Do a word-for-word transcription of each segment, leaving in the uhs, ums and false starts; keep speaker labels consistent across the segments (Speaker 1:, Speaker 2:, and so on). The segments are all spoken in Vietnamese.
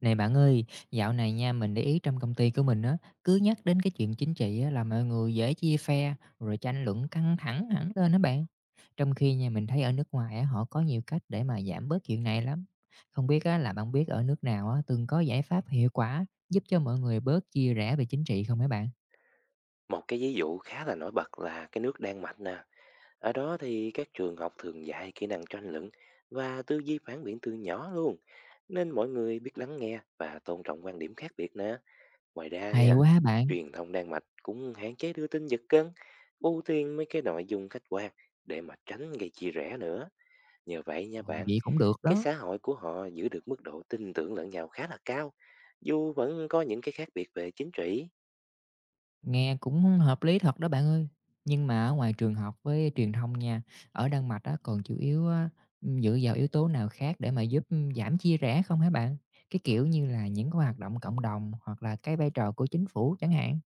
Speaker 1: Này bạn ơi, dạo này nha mình để ý trong công ty của mình á, cứ nhắc đến cái chuyện chính trị á, là mọi người dễ chia phe rồi tranh luận căng thẳng hẳn lên đó bạn. Trong khi nha mình thấy ở nước ngoài á, họ có nhiều cách để mà giảm bớt chuyện này lắm. Không biết á, là bạn biết ở nước nào á, từng có giải pháp hiệu quả giúp cho mọi người bớt chia rẽ về chính trị không mấy bạn?
Speaker 2: Một cái ví dụ khá là nổi bật là cái nước Đan Mạch nè. Ở đó thì các trường học thường dạy kỹ năng tranh luận và tư duy phản biện từ nhỏ luôn. Nên mọi người biết lắng nghe và tôn trọng quan điểm khác biệt nè. Ngoài ra
Speaker 1: Hay
Speaker 2: nha,
Speaker 1: quá bạn.
Speaker 2: truyền thông Đan Mạch cũng hạn chế đưa tin giật cân, ưu tiên mấy cái nội dung khách quan để mà tránh gây chia rẽ nữa. Nhờ vậy nha
Speaker 1: Ồ,
Speaker 2: bạn,
Speaker 1: vậy cũng được
Speaker 2: cái
Speaker 1: đó.
Speaker 2: xã hội của họ giữ được mức độ tin tưởng lẫn nhau khá là cao, dù vẫn có những cái khác biệt về chính trị.
Speaker 1: Nghe cũng hợp lý thật đó bạn ơi. Nhưng mà ở ngoài trường học với truyền thông nha, ở Đan Mạch á, còn chủ yếu á, dựa vào yếu tố nào khác để mà giúp giảm chia rẽ không hả bạn? Cái kiểu như là những cái hoạt động cộng đồng hoặc là cái vai trò của chính phủ chẳng hạn.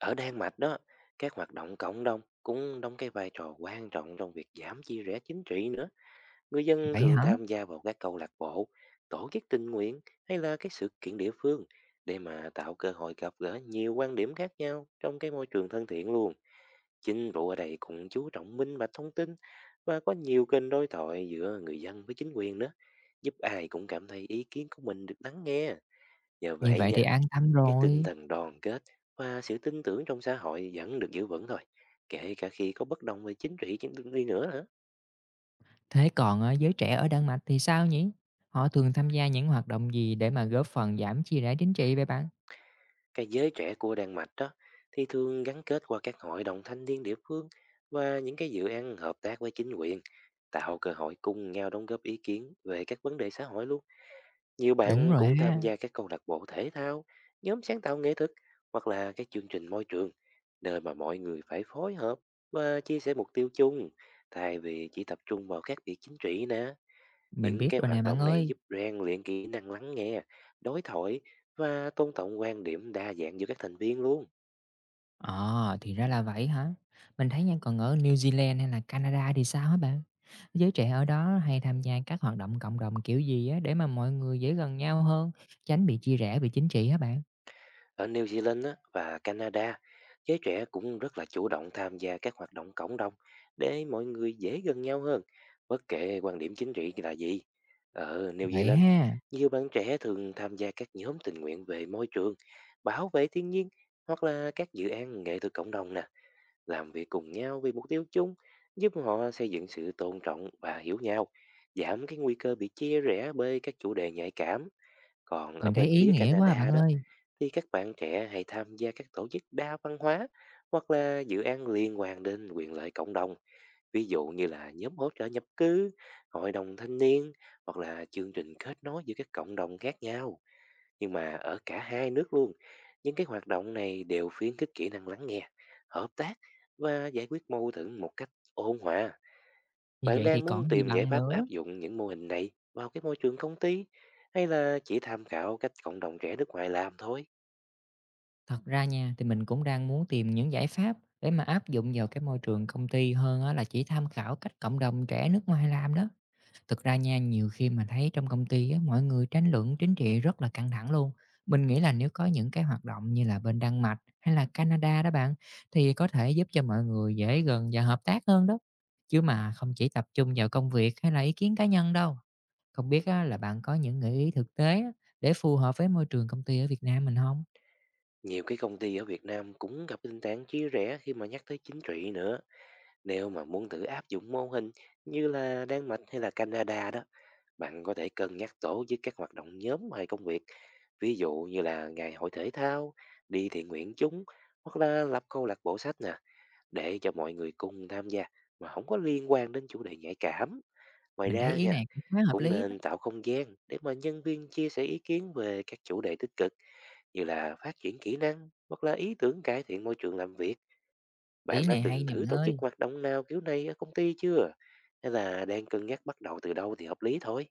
Speaker 2: Ở Đan Mạch đó, các hoạt động cộng đồng cũng đóng cái vai trò quan trọng trong việc giảm chia rẽ chính trị nữa. Người dân
Speaker 1: Vậy
Speaker 2: thường
Speaker 1: hả?
Speaker 2: tham gia vào các câu lạc bộ, tổ chức tình nguyện hay là các sự kiện địa phương để mà tạo cơ hội gặp gỡ nhiều quan điểm khác nhau trong cái môi trường thân thiện luôn. Chính phủ ở đây cũng chú trọng minh bạch thông tin và có nhiều kênh đối thoại giữa người dân với chính quyền nữa, giúp ai cũng cảm thấy ý kiến của mình được lắng nghe. Nhờ
Speaker 1: Như
Speaker 2: vậy
Speaker 1: vậy thì
Speaker 2: nha,
Speaker 1: an tâm
Speaker 2: cái tinh
Speaker 1: rồi.
Speaker 2: thần đoàn kết và sự tin tưởng trong xã hội vẫn được giữ vững thôi, kể cả khi có bất đồng về chính trị chính trị đi nữa hả.
Speaker 1: Thế còn ờ, giới trẻ ở Đan Mạch thì sao nhỉ? Họ thường tham gia những hoạt động gì để mà góp phần giảm chia rẽ chính trị vậy bạn?
Speaker 2: Cái giới trẻ của Đan Mạch đó thì thường gắn kết qua các hội đồng thanh niên địa phương và những cái dự án hợp tác với chính quyền, tạo cơ hội cùng nhau đóng góp ý kiến về các vấn đề xã hội luôn. Nhiều
Speaker 1: Đúng
Speaker 2: bạn
Speaker 1: rồi
Speaker 2: cũng tham
Speaker 1: ha.
Speaker 2: gia các câu lạc bộ thể thao, nhóm sáng tạo nghệ thuật hoặc là các chương trình môi trường, nơi mà mọi người phải phối hợp và chia sẻ mục tiêu chung, thay vì chỉ tập trung vào các việc chính trị nè.
Speaker 1: Mình
Speaker 2: Những
Speaker 1: biết
Speaker 2: cái
Speaker 1: rồi nè
Speaker 2: hoạt
Speaker 1: bạn
Speaker 2: động này
Speaker 1: ơi.
Speaker 2: giúp rèn luyện kỹ năng lắng nghe, đối thoại và tôn trọng quan điểm đa dạng giữa các thành viên luôn.
Speaker 1: Ờ, thì ra là vậy hả? Mình thấy nha, còn ở New Zealand hay là Canada thì sao hả bạn? Giới trẻ ở đó hay tham gia các hoạt động cộng đồng kiểu gì á để mà mọi người dễ gần nhau hơn, tránh bị chia rẽ về chính trị hả bạn?
Speaker 2: Ở New Zealand á, và Canada, giới trẻ cũng rất là chủ động tham gia các hoạt động cộng đồng để mọi người dễ gần nhau hơn, bất kể quan điểm chính trị là gì. Ở New
Speaker 1: Vậy
Speaker 2: Zealand,
Speaker 1: ha.
Speaker 2: nhiều bạn trẻ thường tham gia các nhóm tình nguyện về môi trường, bảo vệ thiên nhiên hoặc là các dự án nghệ thuật cộng đồng nè, làm việc cùng nhau vì mục tiêu chung, giúp họ xây dựng sự tôn trọng và hiểu nhau, giảm cái nguy cơ bị chia rẽ bởi các chủ đề nhạy cảm. Còn ở
Speaker 1: Mình thấy
Speaker 2: bên
Speaker 1: ý
Speaker 2: phía
Speaker 1: nghĩa quá à bạn
Speaker 2: Canada đó,
Speaker 1: ơi.
Speaker 2: thì các bạn trẻ hãy tham gia các tổ chức đa văn hóa hoặc là dự án liên quan đến quyền lợi cộng đồng, ví dụ như là nhóm hỗ trợ nhập cư, hội đồng thanh niên hoặc là chương trình kết nối giữa các cộng đồng khác nhau. Nhưng mà ở cả hai nước luôn, những cái hoạt động này đều khuyến khích kỹ năng lắng nghe, hợp tác và giải quyết mâu thuẫn một cách ôn hòa.
Speaker 1: Như
Speaker 2: Bạn
Speaker 1: vậy thì
Speaker 2: đang muốn
Speaker 1: còn gì
Speaker 2: tìm giải
Speaker 1: bằng
Speaker 2: pháp áp
Speaker 1: nữa.
Speaker 2: dụng những mô hình này vào cái môi trường công ty, hay là chỉ tham khảo cách cộng đồng trẻ nước ngoài làm thôi?
Speaker 1: Thật ra nha, thì mình cũng đang muốn tìm những giải pháp để mà áp dụng vào cái môi trường công ty hơn á là chỉ tham khảo cách cộng đồng trẻ nước ngoài làm đó. Thực ra nha, nhiều khi mà thấy trong công ty á, mọi người tranh luận chính trị rất là căng thẳng luôn. Mình nghĩ là nếu có những cái hoạt động như là bên Đan Mạch hay là Canada đó bạn, thì có thể giúp cho mọi người dễ gần và hợp tác hơn đó. Chứ mà không chỉ tập trung vào công việc hay là ý kiến cá nhân đâu. Không biết á, là bạn có những gợi ý thực tế á, để phù hợp với môi trường công ty ở Việt Nam mình không?
Speaker 2: Nhiều cái công ty ở Việt Nam cũng gặp tình trạng chia rẽ khi mà nhắc tới chính trị nữa. Nếu mà muốn thử áp dụng mô hình như là Đan Mạch hay là Canada đó, bạn có thể cân nhắc tổ chức các hoạt động nhóm ngoài công việc. Ví dụ như là ngày hội thể thao, đi thiện nguyện chúng, hoặc là lập câu lạc bộ sách nè, để cho mọi người cùng tham gia mà không có liên quan đến chủ đề nhạy cảm. Ngoài
Speaker 1: Mình thấy
Speaker 2: ra
Speaker 1: ý
Speaker 2: nha,
Speaker 1: này cũng khá hợp
Speaker 2: cũng
Speaker 1: lý đó.
Speaker 2: nên tạo không gian để mà nhân viên chia sẻ ý kiến về các chủ đề tích cực, như là phát triển kỹ năng hoặc là ý tưởng cải thiện môi trường làm việc.
Speaker 1: Ý
Speaker 2: Bạn đã
Speaker 1: này hay
Speaker 2: từng
Speaker 1: nè
Speaker 2: thử
Speaker 1: bạn
Speaker 2: tổ chức
Speaker 1: ơi.
Speaker 2: hoạt động nào kiểu này ở công ty chưa? Hay là đang cân nhắc bắt đầu từ đâu thì hợp lý thôi?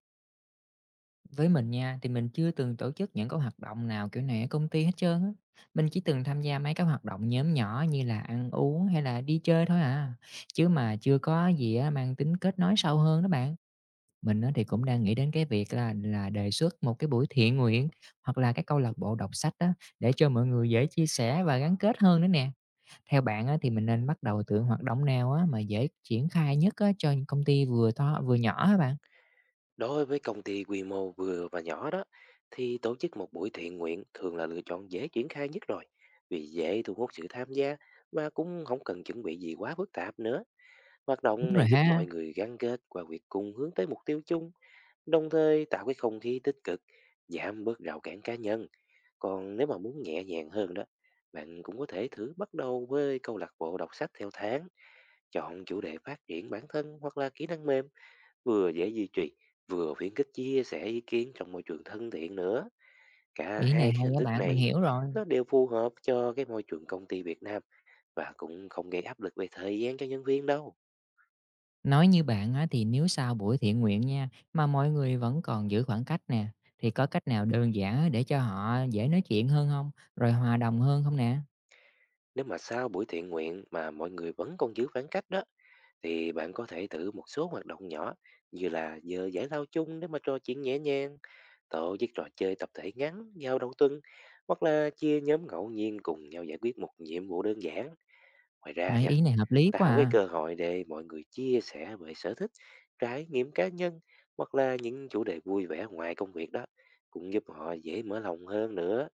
Speaker 1: Với mình nha, thì mình chưa từng tổ chức những cái hoạt động nào kiểu này ở công ty hết trơn á. Mình chỉ từng tham gia mấy cái hoạt động nhóm nhỏ như là ăn uống hay là đi chơi thôi à. Chứ mà chưa có gì á mang tính kết nối sâu hơn đó bạn. Mình á thì cũng đang nghĩ đến cái việc là là đề xuất một cái buổi thiện nguyện hoặc là cái câu lạc bộ đọc sách đó, để cho mọi người dễ chia sẻ và gắn kết hơn nữa nè. Theo bạn á, thì mình nên bắt đầu từ hoạt động nào á mà dễ triển khai nhất á, cho công ty vừa to vừa nhỏ hả bạn?
Speaker 2: Đối với công ty quy mô vừa và nhỏ đó, thì tổ chức một buổi thiện nguyện thường là lựa chọn dễ triển khai nhất rồi, vì dễ thu hút sự tham gia và cũng không cần chuẩn bị gì quá phức tạp nữa. Hoạt động
Speaker 1: Đúng rồi
Speaker 2: này giúp
Speaker 1: ha.
Speaker 2: mọi người gắn kết qua việc cùng hướng tới mục tiêu chung, đồng thời tạo cái không khí tích cực, giảm bớt rào cản cá nhân. Còn nếu mà muốn nhẹ nhàng hơn đó, bạn cũng có thể thử bắt đầu với câu lạc bộ đọc sách theo tháng, chọn chủ đề phát triển bản thân hoặc là kỹ năng mềm, vừa dễ duy trì, vừa khuyến khích chia sẻ ý kiến trong môi trường thân thiện nữa. Cả
Speaker 1: Ý này
Speaker 2: hai cái
Speaker 1: hay
Speaker 2: hình
Speaker 1: á
Speaker 2: thức
Speaker 1: bạn, mình
Speaker 2: này
Speaker 1: hiểu rồi.
Speaker 2: nó đều phù hợp cho cái môi trường công ty Việt Nam và cũng không gây áp lực về thời gian cho nhân viên đâu.
Speaker 1: Nói như bạn á, thì nếu sau buổi thiện nguyện nha, mà mọi người vẫn còn giữ khoảng cách nè, thì có cách nào đơn giản để cho họ dễ nói chuyện hơn không, Rồi hòa đồng hơn không nè?
Speaker 2: Nếu mà sau buổi thiện nguyện mà mọi người vẫn còn giữ khoảng cách đó, thì bạn có thể thử một số hoạt động nhỏ, như là giờ giải lao chung để mà trò chuyện nhẹ nhàng, tổ chức trò chơi tập thể ngắn giao đầu tuần, hoặc là chia nhóm ngẫu nhiên cùng nhau giải quyết một nhiệm vụ đơn giản. Ngoài ra
Speaker 1: Mấy
Speaker 2: nha,
Speaker 1: ý này hợp lý quá
Speaker 2: tạo cái
Speaker 1: à,
Speaker 2: cơ hội để mọi người chia sẻ về sở thích, trải nghiệm cá nhân hoặc là những chủ đề vui vẻ ngoài công việc đó cũng giúp họ dễ mở lòng hơn nữa.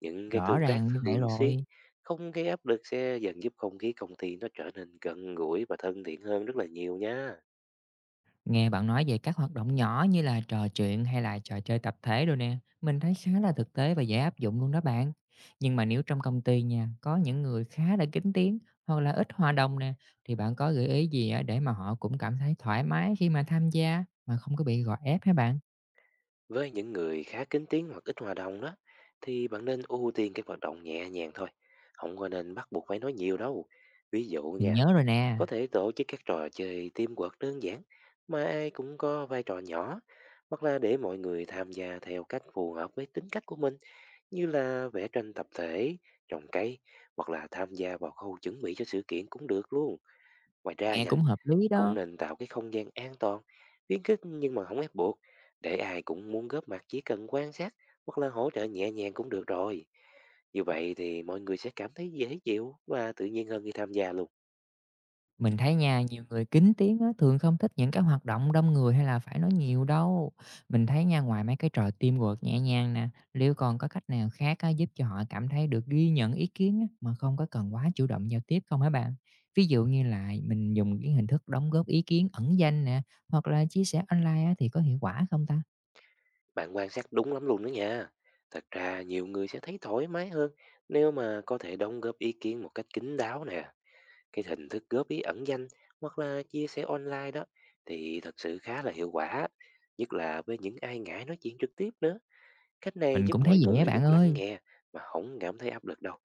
Speaker 2: Những cái
Speaker 1: rõ
Speaker 2: tương tác
Speaker 1: ràng như vậy
Speaker 2: thường xuyên,
Speaker 1: rồi.
Speaker 2: không gây áp lực sẽ dần giúp không khí công ty nó trở nên gần gũi và thân thiện hơn rất là nhiều nha.
Speaker 1: Nghe bạn nói về các hoạt động nhỏ như là trò chuyện hay là trò chơi tập thể rồi nè, mình thấy khá là thực tế và dễ áp dụng luôn đó bạn. Nhưng mà nếu trong công ty nha, có những người khá là kín tiếng hoặc là ít hòa đồng nè, thì bạn có gợi ý gì á để mà họ cũng cảm thấy thoải mái khi mà tham gia mà không có bị gò ép hả bạn?
Speaker 2: Với những người khá kín tiếng hoặc ít hòa đồng đó, thì bạn nên ưu tiên các hoạt động nhẹ nhàng thôi. Không có nên bắt buộc phải nói nhiều đâu. Ví dụ
Speaker 1: Mình
Speaker 2: nha,
Speaker 1: nhớ rồi nè.
Speaker 2: có thể tổ chức các trò chơi teamwork đơn giản mà ai cũng có vai trò nhỏ, hoặc là để mọi người tham gia theo cách phù hợp với tính cách của mình, như là vẽ tranh tập thể, trồng cây hoặc là tham gia vào khâu chuẩn bị cho sự kiện cũng được luôn. Ngoài ra
Speaker 1: Nghe
Speaker 2: nha,
Speaker 1: cũng hợp lý
Speaker 2: cũng
Speaker 1: đó.
Speaker 2: nên tạo cái không gian an toàn, khuyến khích nhưng mà không ép buộc, để ai cũng muốn góp mặt, chỉ cần quan sát hoặc là hỗ trợ nhẹ nhàng cũng được rồi. Như vậy thì mọi người sẽ cảm thấy dễ chịu và tự nhiên hơn khi tham gia luôn.
Speaker 1: Mình thấy nha, nhiều người kín tiếng á, thường không thích những cái hoạt động đông người hay là phải nói nhiều đâu. Mình thấy nha, ngoài mấy cái trò teamwork nhẹ nhàng nè, liệu còn có cách nào khác á, giúp cho họ cảm thấy được ghi nhận ý kiến á, mà không có cần quá chủ động giao tiếp không hả bạn? Ví dụ như là mình dùng cái hình thức đóng góp ý kiến ẩn danh nè, hoặc là chia sẻ online á, thì có hiệu quả không ta?
Speaker 2: Bạn quan sát đúng lắm luôn đó nha. Thật ra nhiều người sẽ thấy thoải mái hơn nếu mà có thể đóng góp ý kiến một cách kín đáo nè. Cái hình thức góp ý ẩn danh hoặc là chia sẻ online đó thì thật sự khá là hiệu quả, nhất là với những ai ngại nói chuyện trực tiếp nữa. Cách này
Speaker 1: Mình
Speaker 2: giúp
Speaker 1: cũng thấy
Speaker 2: mọi
Speaker 1: dễ
Speaker 2: người
Speaker 1: bạn
Speaker 2: được lắng
Speaker 1: ơi.
Speaker 2: nghe mà không cảm thấy áp lực đâu,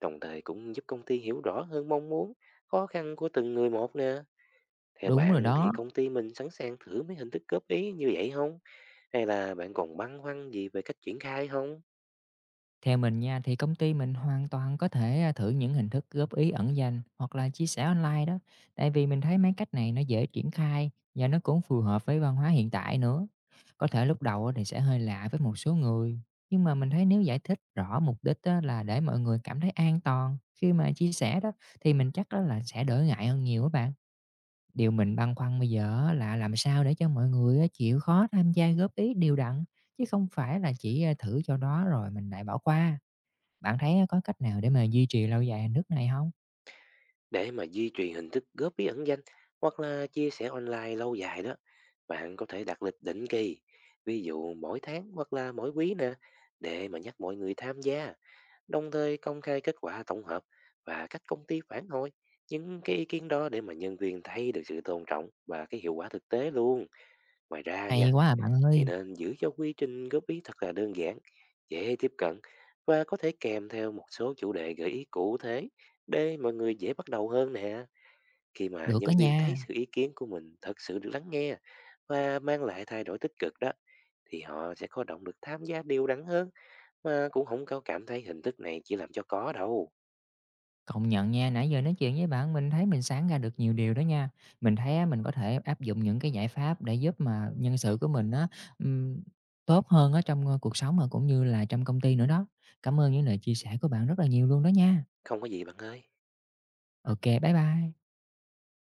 Speaker 2: đồng thời cũng giúp công ty hiểu rõ hơn mong muốn, khó khăn của từng người một nè. Theo
Speaker 1: Đúng rồi
Speaker 2: bạn thì
Speaker 1: đó.
Speaker 2: công ty mình sẵn sàng thử mấy hình thức góp ý như vậy không, hay là bạn còn băn khoăn gì về cách triển khai không?
Speaker 1: Theo mình nha thì công ty mình hoàn toàn có thể à, thử những hình thức góp ý ẩn danh hoặc là chia sẻ online đó. Tại vì mình thấy mấy cách này nó dễ triển khai và nó cũng phù hợp với văn hóa hiện tại nữa. Có thể lúc đầu á thì sẽ hơi lạ với một số người. Nhưng mà mình thấy nếu giải thích rõ mục đích á là để mọi người cảm thấy an toàn khi mà chia sẻ đó, thì mình chắc đó là sẽ đỡ ngại hơn nhiều các bạn. Điều mình băn khoăn bây giờ á là làm sao để cho mọi người á chịu khó tham gia góp ý đều đặn, chứ không phải là chỉ à, thử cho đó rồi mình lại bỏ qua. Bạn thấy, có cách nào để mà duy trì lâu dài hình thức này không?
Speaker 2: Để mà duy trì hình thức góp ý ẩn danh hoặc là chia sẻ online lâu dài đó, bạn có thể đặt lịch định kỳ, ví dụ mỗi tháng hoặc là mỗi quý nè, để mà nhắc mọi người tham gia, đồng thời công khai kết quả tổng hợp và các công ty phản hồi những cái ý kiến đó, để mà nhân viên thấy được sự tôn trọng và cái hiệu quả thực tế luôn. Ngoài ra
Speaker 1: Hay
Speaker 2: nha,
Speaker 1: quá à bạn
Speaker 2: thì
Speaker 1: ơi!
Speaker 2: nên giữ cho quy trình góp ý thật là đơn giản, dễ tiếp cận và có thể kèm theo một số chủ đề gợi ý cụ thể để mọi người dễ bắt đầu hơn nè. Khi mà
Speaker 1: Được đó
Speaker 2: nhân viên thấy
Speaker 1: nha.
Speaker 2: sự ý kiến của mình thật sự được lắng nghe và mang lại thay đổi tích cực đó, thì họ sẽ có động lực tham gia đều đắn hơn, mà cũng không có cảm thấy hình thức này chỉ làm cho có đâu.
Speaker 1: Công nhận nha, nãy giờ nói chuyện với bạn mình thấy mình sáng ra được nhiều điều đó nha. Mình thấy á, mình có thể áp dụng những cái giải pháp để giúp mà nhân sự của mình á, ừm, tốt hơn ở trong, ơ, cuộc sống mà cũng như là trong công ty nữa đó. Cảm ơn những lời chia sẻ của bạn rất là nhiều luôn đó nha.
Speaker 2: Không có gì bạn ơi.
Speaker 1: OK, bye bye.